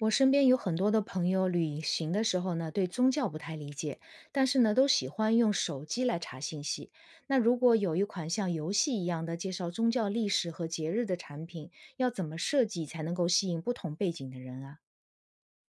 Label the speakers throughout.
Speaker 1: 我身边有很多的朋友，旅行的时候呢，对宗教不太理解，但是呢，都喜欢用手机来查信息。那如果有一款像游戏一样的介绍宗教历史和节日的产品，要怎么设计才能够吸引不同背景的人啊？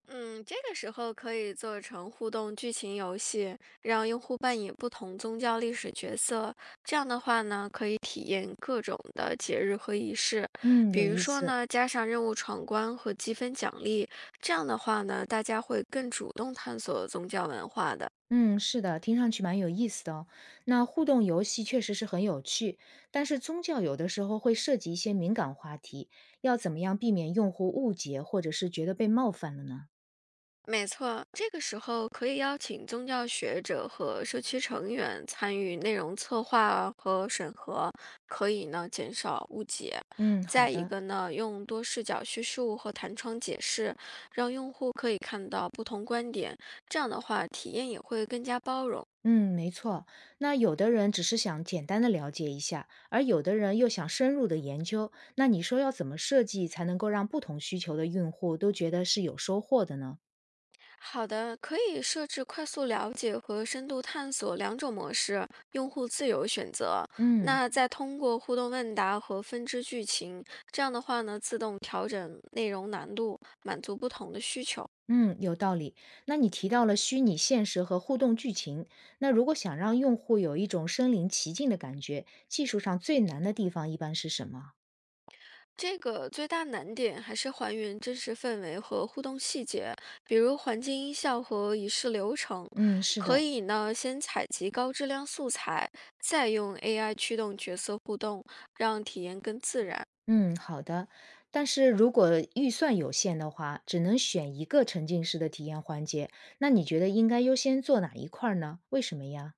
Speaker 2: 嗯，这个时候可以做成互动剧情游戏，让用户扮演不同宗教历史角色。这样的话呢，可以体验各种的节日和仪式，
Speaker 1: 嗯，有
Speaker 2: 比如
Speaker 1: 意
Speaker 2: 说
Speaker 1: 思。
Speaker 2: 呢，加上任务闯关和积分奖励。这样的话呢，大家会更主动探索宗教文化的。
Speaker 1: 嗯，是的，听上去蛮有意思的哦。那互动游戏确实是很有趣，但是宗教有的时候会涉及一些敏感话题，要怎么样避免用户误解或者是觉得被冒犯了呢？
Speaker 2: 没错，这个时候可以邀请宗教学者和社区成员参与内容策划和审核，可以呢减少误解。
Speaker 1: 嗯，好
Speaker 2: 再一
Speaker 1: 的。
Speaker 2: 个呢，用多视角叙述和弹窗解释，让用户可以看到不同观点，这样的话体验也会更加包容。
Speaker 1: 嗯，没错。那有的人只是想简单的了解一下，而有的人又想深入的研究。那你说要怎么设计才能够让不同需求的用户都觉得是有收获的呢？
Speaker 2: 好的，可以设置快速了解和深度探索两种模式，用户自由选择。
Speaker 1: 嗯
Speaker 2: 那再通过互动问答和分支剧情，这样的话呢，自动调整内容难度，满足不同的需求。
Speaker 1: 嗯，有道理。那你提到了虚拟现实和互动剧情，那如果想让用户有一种身临其境的感觉，技术上最难的地方一般是什么？
Speaker 2: 这个最大难点还是还原真实氛围和互动细节，比如环境音效和仪式流程。
Speaker 1: 嗯，是的。
Speaker 2: 可以呢，先采集高质量素材，再用 AI 驱动角色互动，让体验更自然。
Speaker 1: 嗯，好的。但是如果预算有限的话，只能选一个沉浸式的体验环节，那你觉得应该优先做哪一块儿呢？为什么呀？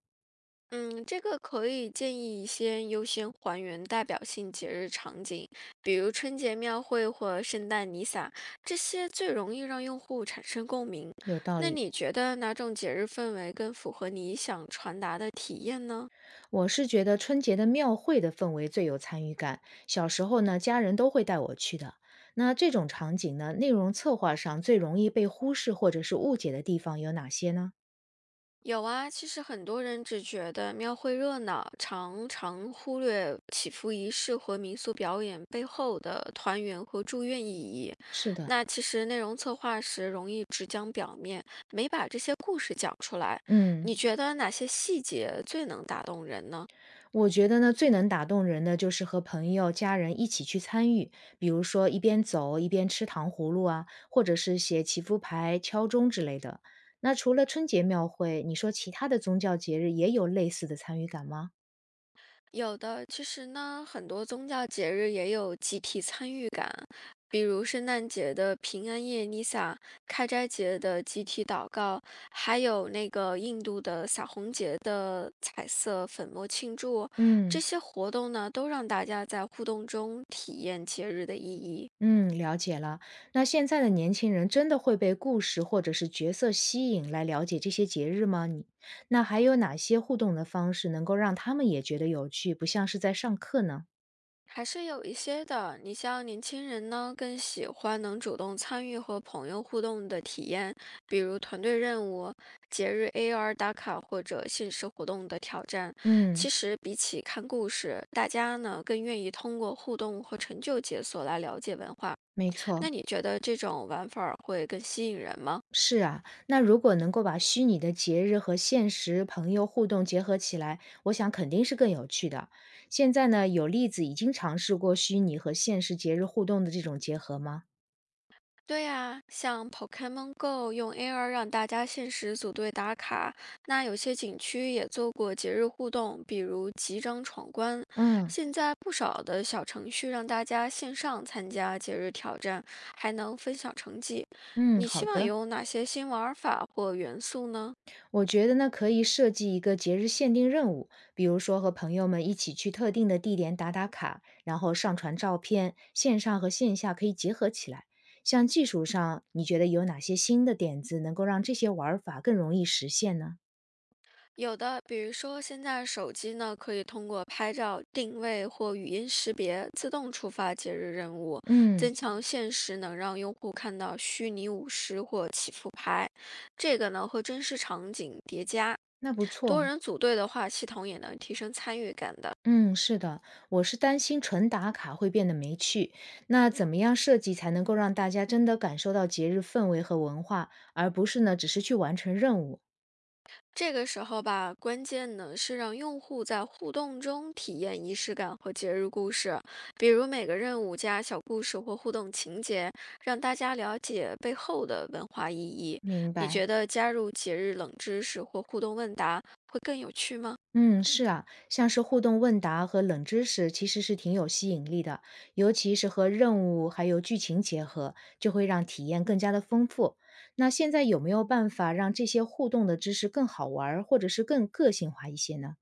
Speaker 2: 嗯，这个可以建议先优先还原代表性节日场景，比如春节庙会或圣诞弥撒，这些最容易让用户产生共鸣。
Speaker 1: 有道
Speaker 2: 那
Speaker 1: 理，
Speaker 2: 你觉得哪种节日氛围更符合你想传达的体验呢？
Speaker 1: 我是觉得春节的庙会的氛围最有参与感。小时候呢，家人都会带我去的。那这种场景呢，内容策划上最容易被忽视或者是误解的地方有哪些呢？
Speaker 2: 有啊，其实很多人只觉得庙会热闹，常常忽略祈福仪式和民俗表演背后的团圆和祝愿意义。
Speaker 1: 是的，
Speaker 2: 那其实内容策划时容易只讲表面，没把这些故事讲出来。
Speaker 1: 嗯。
Speaker 2: 你觉得哪些细节最能打动人呢？
Speaker 1: 我觉得呢，最能打动人的就是和朋友、家人一起去参与，比如说一边走一边吃糖葫芦啊，或者是写祈福牌、敲钟之类的。那除了春节庙会，你说其他的宗教节日也有类似的参与感吗？
Speaker 2: 有的，其实呢，很多宗教节日也有集体参与感，比如圣诞节的平安夜 Nisa，开斋节的集体祷告，还有那个印度的撒红节的彩色粉末庆祝，这
Speaker 1: 嗯
Speaker 2: 些活动呢，都让大家在互动中体验节日的意义。
Speaker 1: 嗯，了解了。那现在的年轻人真的会被故事或者是角色吸引来了解这些节日吗？你那还有哪些互动的方式能够让他们也觉得有趣，不像是在上课呢？
Speaker 2: 还是有一些的。你像年轻人呢，更喜欢能主动参与和朋友互动的体验，比如团队任务、节日 AR 打卡或者限时活动的挑战。
Speaker 1: 嗯，
Speaker 2: 其实比起看故事，大家呢更愿意通过互动和成就解锁来了解文化。
Speaker 1: 没错。
Speaker 2: 那你觉得这种玩法儿会更吸引人吗？
Speaker 1: 是啊，那如果能够把虚拟的节日和现实朋友互动结合起来，我想肯定是更有趣的。现在呢，有例子已经尝试过虚拟和现实节日互动的这种结合吗？
Speaker 2: 对呀，像 Pokemon Go 用 AR 让大家限时组队打卡，那有些景区也做过节日互动，比如集章闯关。
Speaker 1: 嗯
Speaker 2: 现在不少的小程序让大家线上参加节日挑战，还能分享成绩。
Speaker 1: 嗯，
Speaker 2: 你
Speaker 1: 好
Speaker 2: 希望
Speaker 1: 的。
Speaker 2: 有哪些新玩法或元素呢？
Speaker 1: 我觉得呢，可以设计一个节日限定任务，比如说和朋友们一起去特定的地点打打卡，然后上传照片，线上和线下可以结合起来。像技术上，你觉得有哪些新的点子能够让这些玩儿法更容易实现呢？
Speaker 2: 有的，比如说现在手机呢，可以通过拍照、定位或语音识别自动触发节日任务，
Speaker 1: 嗯。
Speaker 2: 增强现实能让用户看到虚拟舞狮或祈福牌。这个呢和真实场景叠加，
Speaker 1: 那不
Speaker 2: 多
Speaker 1: 错，
Speaker 2: 人组队的话，系统也能提升参与感的。
Speaker 1: 嗯，是的，我是担心纯打卡会变得没趣。那怎么样设计才能够让大家真的感受到节日氛围和文化，而不是呢只是去完成任务？
Speaker 2: 这个时候吧，关键呢是让用户在互动中体验仪式感和节日故事，比如每个任务加小故事或互动情节，让大家了解背后的文化意义。
Speaker 1: 明
Speaker 2: 你
Speaker 1: 白，
Speaker 2: 觉得加入节日冷知识或互动问答会更有趣吗？
Speaker 1: 嗯，是啊，像是互动问答和冷知识其实是挺有吸引力的，尤其是和任务还有剧情结合，就会让体验更加的丰富。那现在有没有办法让这些互动的知识更好玩儿，或者是更个性化一些呢？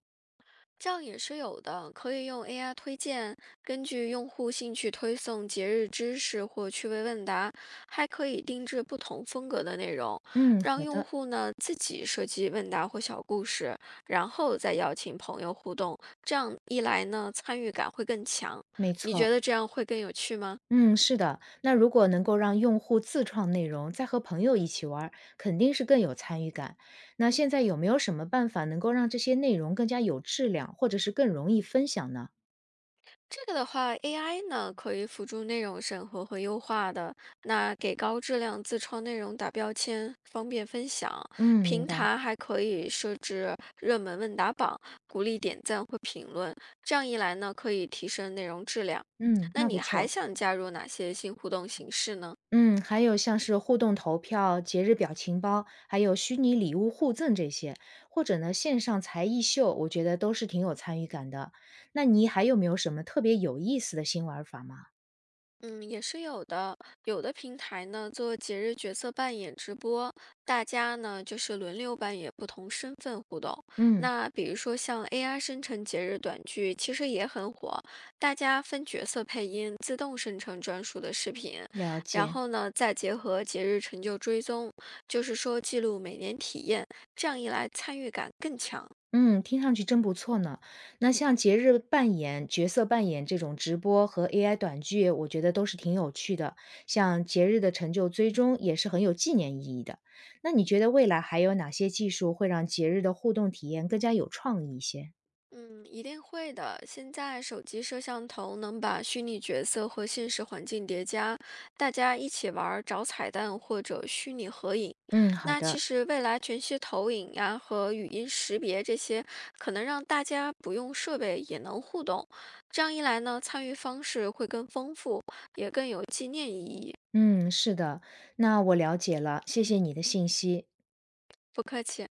Speaker 2: 这样也是有的，可以用 AI 推荐，根据用户兴趣推送节日知识或趣味问答，还可以定制不同风格的内容，
Speaker 1: 嗯，
Speaker 2: 让
Speaker 1: 好
Speaker 2: 用
Speaker 1: 的，
Speaker 2: 户呢自己设计问答或小故事，然后再邀请朋友互动。这样一来呢，参与感会更强。
Speaker 1: 没
Speaker 2: 你
Speaker 1: 错。
Speaker 2: 觉得这样会更有趣吗？
Speaker 1: 嗯，是的。那如果能够让用户自创内容，再和朋友一起玩儿，肯定是更有参与感。那现在有没有什么办法能够让这些内容更加有质量，或者是更容易分享呢？
Speaker 2: 这个的话，AI 呢可以辅助内容审核和优化的，那给高质量自创内容打标签，方便分享。
Speaker 1: 嗯，明
Speaker 2: 平
Speaker 1: 白。
Speaker 2: 台还可以设置热门问答榜，鼓励点赞或评论。这样一来呢，可以提升内容质量。
Speaker 1: 嗯，
Speaker 2: 那
Speaker 1: 那不
Speaker 2: 你还
Speaker 1: 错。
Speaker 2: 想加入哪些新互动形式呢？
Speaker 1: 嗯，还有像是互动投票、节日表情包，还有虚拟礼物互赠这些，或者呢线上才艺秀，我觉得都是挺有参与感的。那你还有没有什么特别有意思的新玩法吗？
Speaker 2: 嗯，也是有的。有的平台呢做节日角色扮演直播，大家呢就是轮流扮演不同身份互动。
Speaker 1: 嗯，
Speaker 2: 那比如说像 AI 生成节日短剧，其实也很火，大家分角色配音，自动生成专属的视频，
Speaker 1: 了
Speaker 2: 然
Speaker 1: 解。
Speaker 2: 后呢再结合节日成就追踪，就是说记录每年体验，这样一来参与感更强。
Speaker 1: 嗯，听上去真不错呢。那像节日扮演、角色扮演这种直播和 AI 短剧，我觉得都是挺有趣的。像节日的成就追踪也是很有纪念意义的。那你觉得未来还有哪些技术会让节日的互动体验更加有创意一些？
Speaker 2: 嗯，一定会的。现在手机摄像头能把虚拟角色和现实环境叠加，大家一起玩儿找彩蛋或者虚拟合影。
Speaker 1: 嗯，好
Speaker 2: 那其
Speaker 1: 的。
Speaker 2: 实未来全息投影呀和语音识别这些，可能让大家不用设备也能互动。这样一来呢，参与方式会更丰富，也更有纪念意义。
Speaker 1: 嗯，是的。那我了解了，谢谢你的信息。
Speaker 2: 不客气。